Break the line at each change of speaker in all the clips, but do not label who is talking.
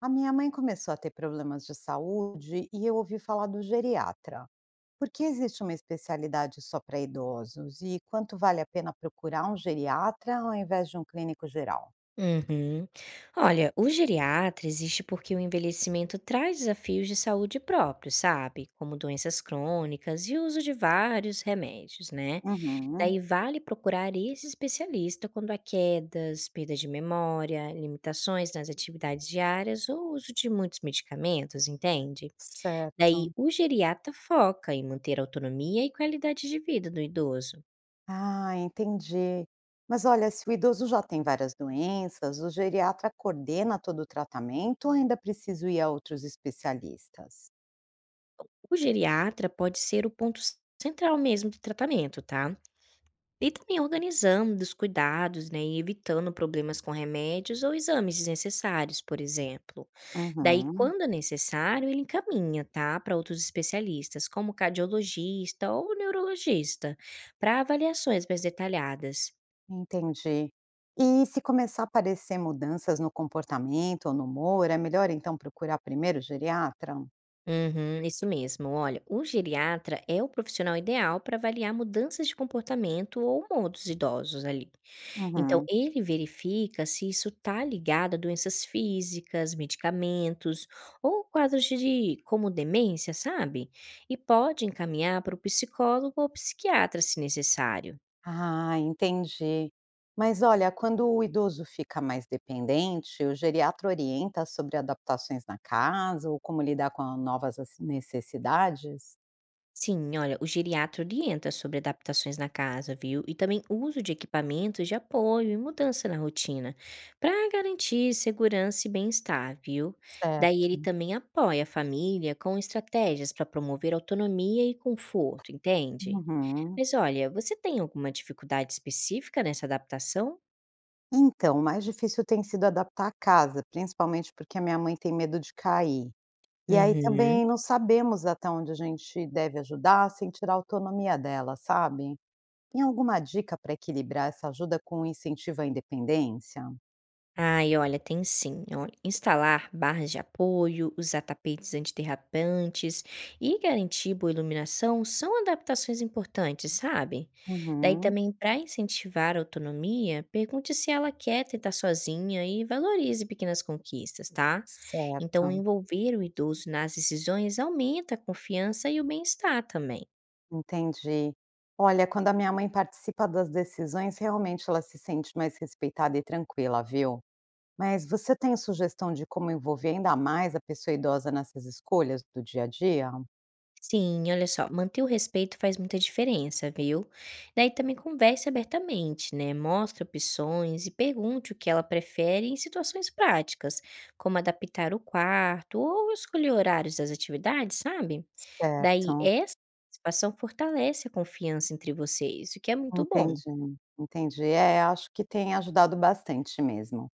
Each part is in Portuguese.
A minha mãe começou a ter problemas de saúde e eu ouvi falar do geriatra. Por que existe uma especialidade só para idosos? E quanto vale a pena procurar um geriatra ao invés de um clínico geral?
Uhum. Olha, o geriatra existe porque o envelhecimento traz desafios de saúde próprios, sabe? Como doenças crônicas e o uso de vários remédios, né?
Uhum,
Daí vale procurar esse especialista quando há quedas, perda de memória, limitações nas atividades diárias ou uso de muitos medicamentos, entende? Daí
certo.
o geriatra foca em manter a autonomia e qualidade de vida do idoso.
Ah, entendi. Mas olha, se o idoso já tem várias doenças, o geriatra coordena todo o tratamento ou ainda preciso ir a outros especialistas?
O geriatra pode ser o ponto central mesmo do tratamento, tá? E também organizando os cuidados, né, e evitando problemas com remédios ou exames desnecessários, por exemplo. Daí,
Uhum.
quando é necessário, ele encaminha, tá, para outros especialistas, como cardiologista ou neurologista, para avaliações mais detalhadas.
Entendi. E se começar a aparecer mudanças no comportamento ou no humor, é melhor então procurar primeiro o geriatra?
Uhum, isso mesmo. Olha, o geriatra é o profissional ideal para avaliar mudanças de comportamento ou modos idosos ali. Então
Uhum.
ele verifica se isso está ligado a doenças físicas, medicamentos ou quadros de como demência, sabe? E pode encaminhar para o psicólogo ou psiquiatra se necessário.
Ah, entendi. Mas olha, quando o idoso fica mais dependente, o geriatra orienta sobre adaptações na casa ou como lidar com novas necessidades?
Sim, olha, o geriatra orienta sobre adaptações na casa, viu? E também uso de equipamentos de apoio e mudança na rotina, para garantir segurança e bem-estar, viu? Daí
Certo.
ele também apoia a família com estratégias para promover autonomia e conforto, entende?
Uhum.
Mas olha, você tem alguma dificuldade específica nessa adaptação?
Então, o mais difícil tem sido adaptar a casa, principalmente porque a minha mãe tem medo de cair. E aí
Uhum.
também não sabemos até onde a gente deve ajudar sem tirar a autonomia dela, sabe. Tem alguma dica para equilibrar essa ajuda com o incentivo à independência?
Ai, olha, tem sim. Olha, instalar barras de apoio, usar tapetes antiderrapantes e garantir boa iluminação são adaptações importantes, sabe? Daí
Uhum,
também, para incentivar a autonomia, pergunte se ela quer tentar sozinha e valorize pequenas conquistas, tá? Então,
certo,
envolver o idoso nas decisões aumenta a confiança e o bem-estar também.
entendi. Olha, quando a minha mãe participa das decisões, realmente ela se sente mais respeitada e tranquila, viu. Mas você tem sugestão de como envolver ainda mais a pessoa idosa nessas escolhas do dia a dia?
Sim, olha só, manter o respeito faz muita diferença, viu? Daí também converse abertamente, né? Mostre opções e pergunte o que ela prefere em situações práticas, como adaptar o quarto ou escolher horários das atividades, sabe? Daí
Certo.
essa participação fortalece a confiança entre vocês, o que é muito bom.
Entendi, entendi. É, acho que tem ajudado bastante mesmo.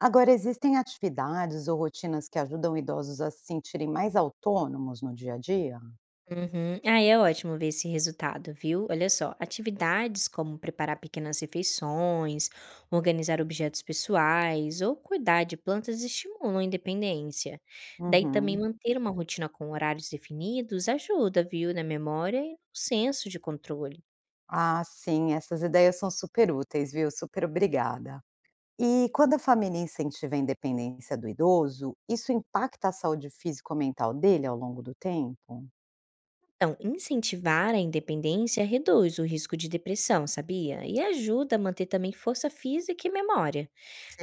Agora, existem atividades ou rotinas que ajudam idosos a se sentirem mais autônomos no dia a dia?
Uhum. Ah, é ótimo ver esse resultado, viu? Olha só, atividades como preparar pequenas refeições, organizar objetos pessoais ou cuidar de plantas estimulam a independência. Daí também
Uhum.
manter uma rotina com horários definidos ajuda, viu, na memória e no senso de controle.
Ah, sim, essas ideias são super úteis, viu? Super obrigada. E quando a família incentiva a independência do idoso, isso impacta a saúde física ou mental dele ao longo do tempo?
Então, incentivar a independência reduz o risco de depressão, sabia? E ajuda a manter também força física e memória.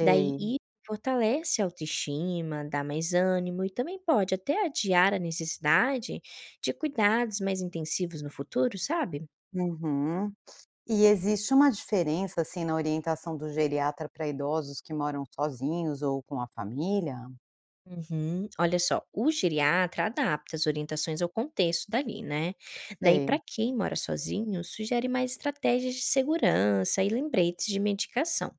Daí isso fortalece a autoestima, dá mais ânimo e também pode até adiar a necessidade de cuidados mais intensivos no futuro, sabe?
Uhum. E existe uma diferença, assim, na orientação do geriatra para idosos que moram sozinhos ou com a família?
Uhum. Olha só, o geriatra adapta as orientações ao contexto dali, né? Daí, para
Sei.
quem mora sozinho, sugere mais estratégias de segurança e lembretes de medicação.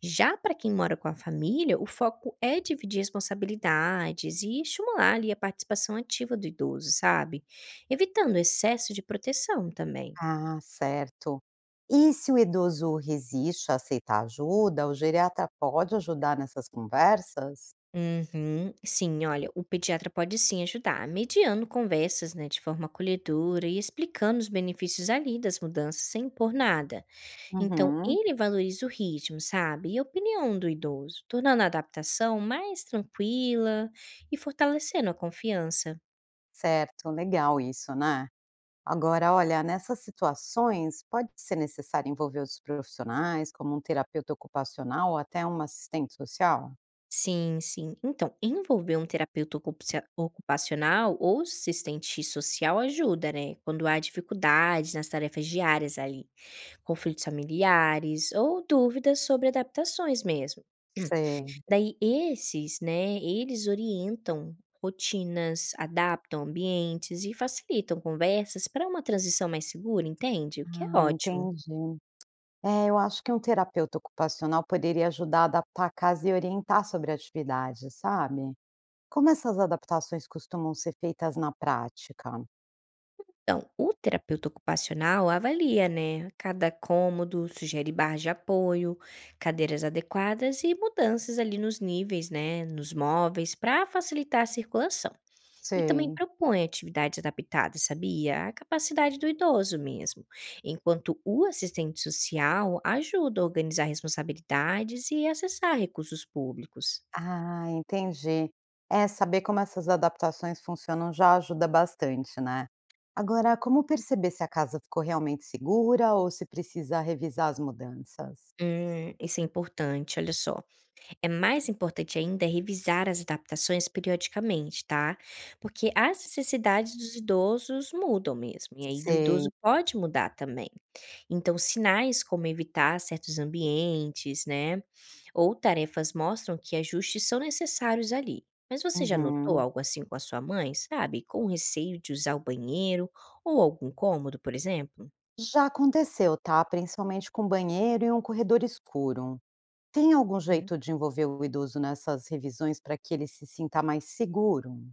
Já para quem mora com a família, o foco é dividir responsabilidades e estimular ali a participação ativa do idoso, sabe? Evitando excesso de proteção também.
Ah, certo. E se o idoso resiste a aceitar ajuda, o geriatra pode ajudar nessas conversas?
Uhum. Sim, olha, o pediatra pode sim ajudar, mediando conversas, né, de forma acolhedora e explicando os benefícios ali das mudanças sem impor nada. Então,
Uhum,
ele valoriza o ritmo, sabe? E a opinião do idoso, tornando a adaptação mais tranquila e fortalecendo a confiança.
certo, legal isso, né? Agora, olha, nessas situações pode ser necessário envolver os profissionais, como um terapeuta ocupacional ou até um assistente social?
Sim, sim. Então, envolver um ocupacional ou assistente social ajuda, né? Quando há dificuldades nas tarefas diárias ali, conflitos familiares ou dúvidas sobre adaptações mesmo.
Sei.
Daí esses, né, eles orientam rotinas, adaptam ambientes e facilitam conversas para uma transição mais segura, entende? O que é
Ah,
ótimo.
entendi. É, eu acho que um terapeuta ocupacional poderia ajudar a adaptar a casa e orientar sobre a atividade, sabe? Como essas adaptações costumam ser feitas na prática?
Então, o terapeuta ocupacional avalia, né, cada cômodo, sugere barras de apoio, cadeiras adequadas e mudanças ali nos níveis, né, nos móveis, para facilitar a circulação. E também
Sei.
propõe atividades adaptadas, sabia? À capacidade do idoso mesmo. Enquanto o assistente social ajuda a organizar responsabilidades e acessar recursos públicos.
Ah, entendi. É, saber como essas adaptações funcionam já ajuda bastante, né? Agora, como perceber se a casa ficou realmente segura ou se precisa revisar as mudanças?
Isso é importante, olha só. É mais importante ainda é revisar as adaptações periodicamente, tá? Porque as necessidades dos idosos mudam mesmo, e aí do
Sei.
idoso pode mudar também. Então, sinais como evitar certos ambientes, né, ou tarefas mostram que ajustes são necessários ali. Mas você já notou
Uhum.
algo assim com a sua mãe, sabe? Com receio de usar o banheiro ou algum cômodo, por exemplo?
Já aconteceu, tá? Principalmente com banheiro e um corredor escuro. Tem algum jeito de envolver o idoso nessas revisões para que ele se sinta mais seguro?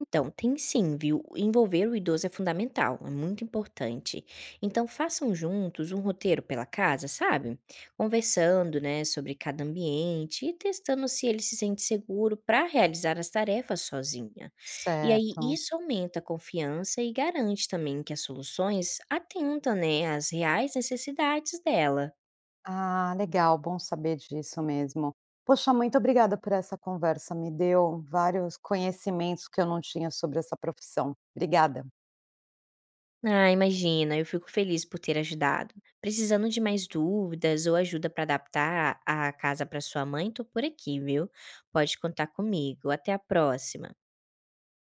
Então, tem sim, viu? Envolver o idoso é fundamental, é muito importante. Então, façam juntos um roteiro pela casa, sabe? Conversando, né, sobre cada ambiente e testando se ele se sente seguro para realizar as tarefas sozinha. E aí,
Certo.
isso aumenta a confiança e garante também que as soluções atentam, né, às reais necessidades dela.
Ah, legal, bom saber disso mesmo. Poxa, muito obrigada por essa conversa. Me deu vários conhecimentos que eu não tinha sobre essa profissão. Obrigada.
Ah, imagina, eu fico feliz por ter ajudado. Precisando de mais dúvidas ou ajuda para adaptar a casa para sua mãe, tô por aqui, viu? Pode contar comigo. Até a próxima.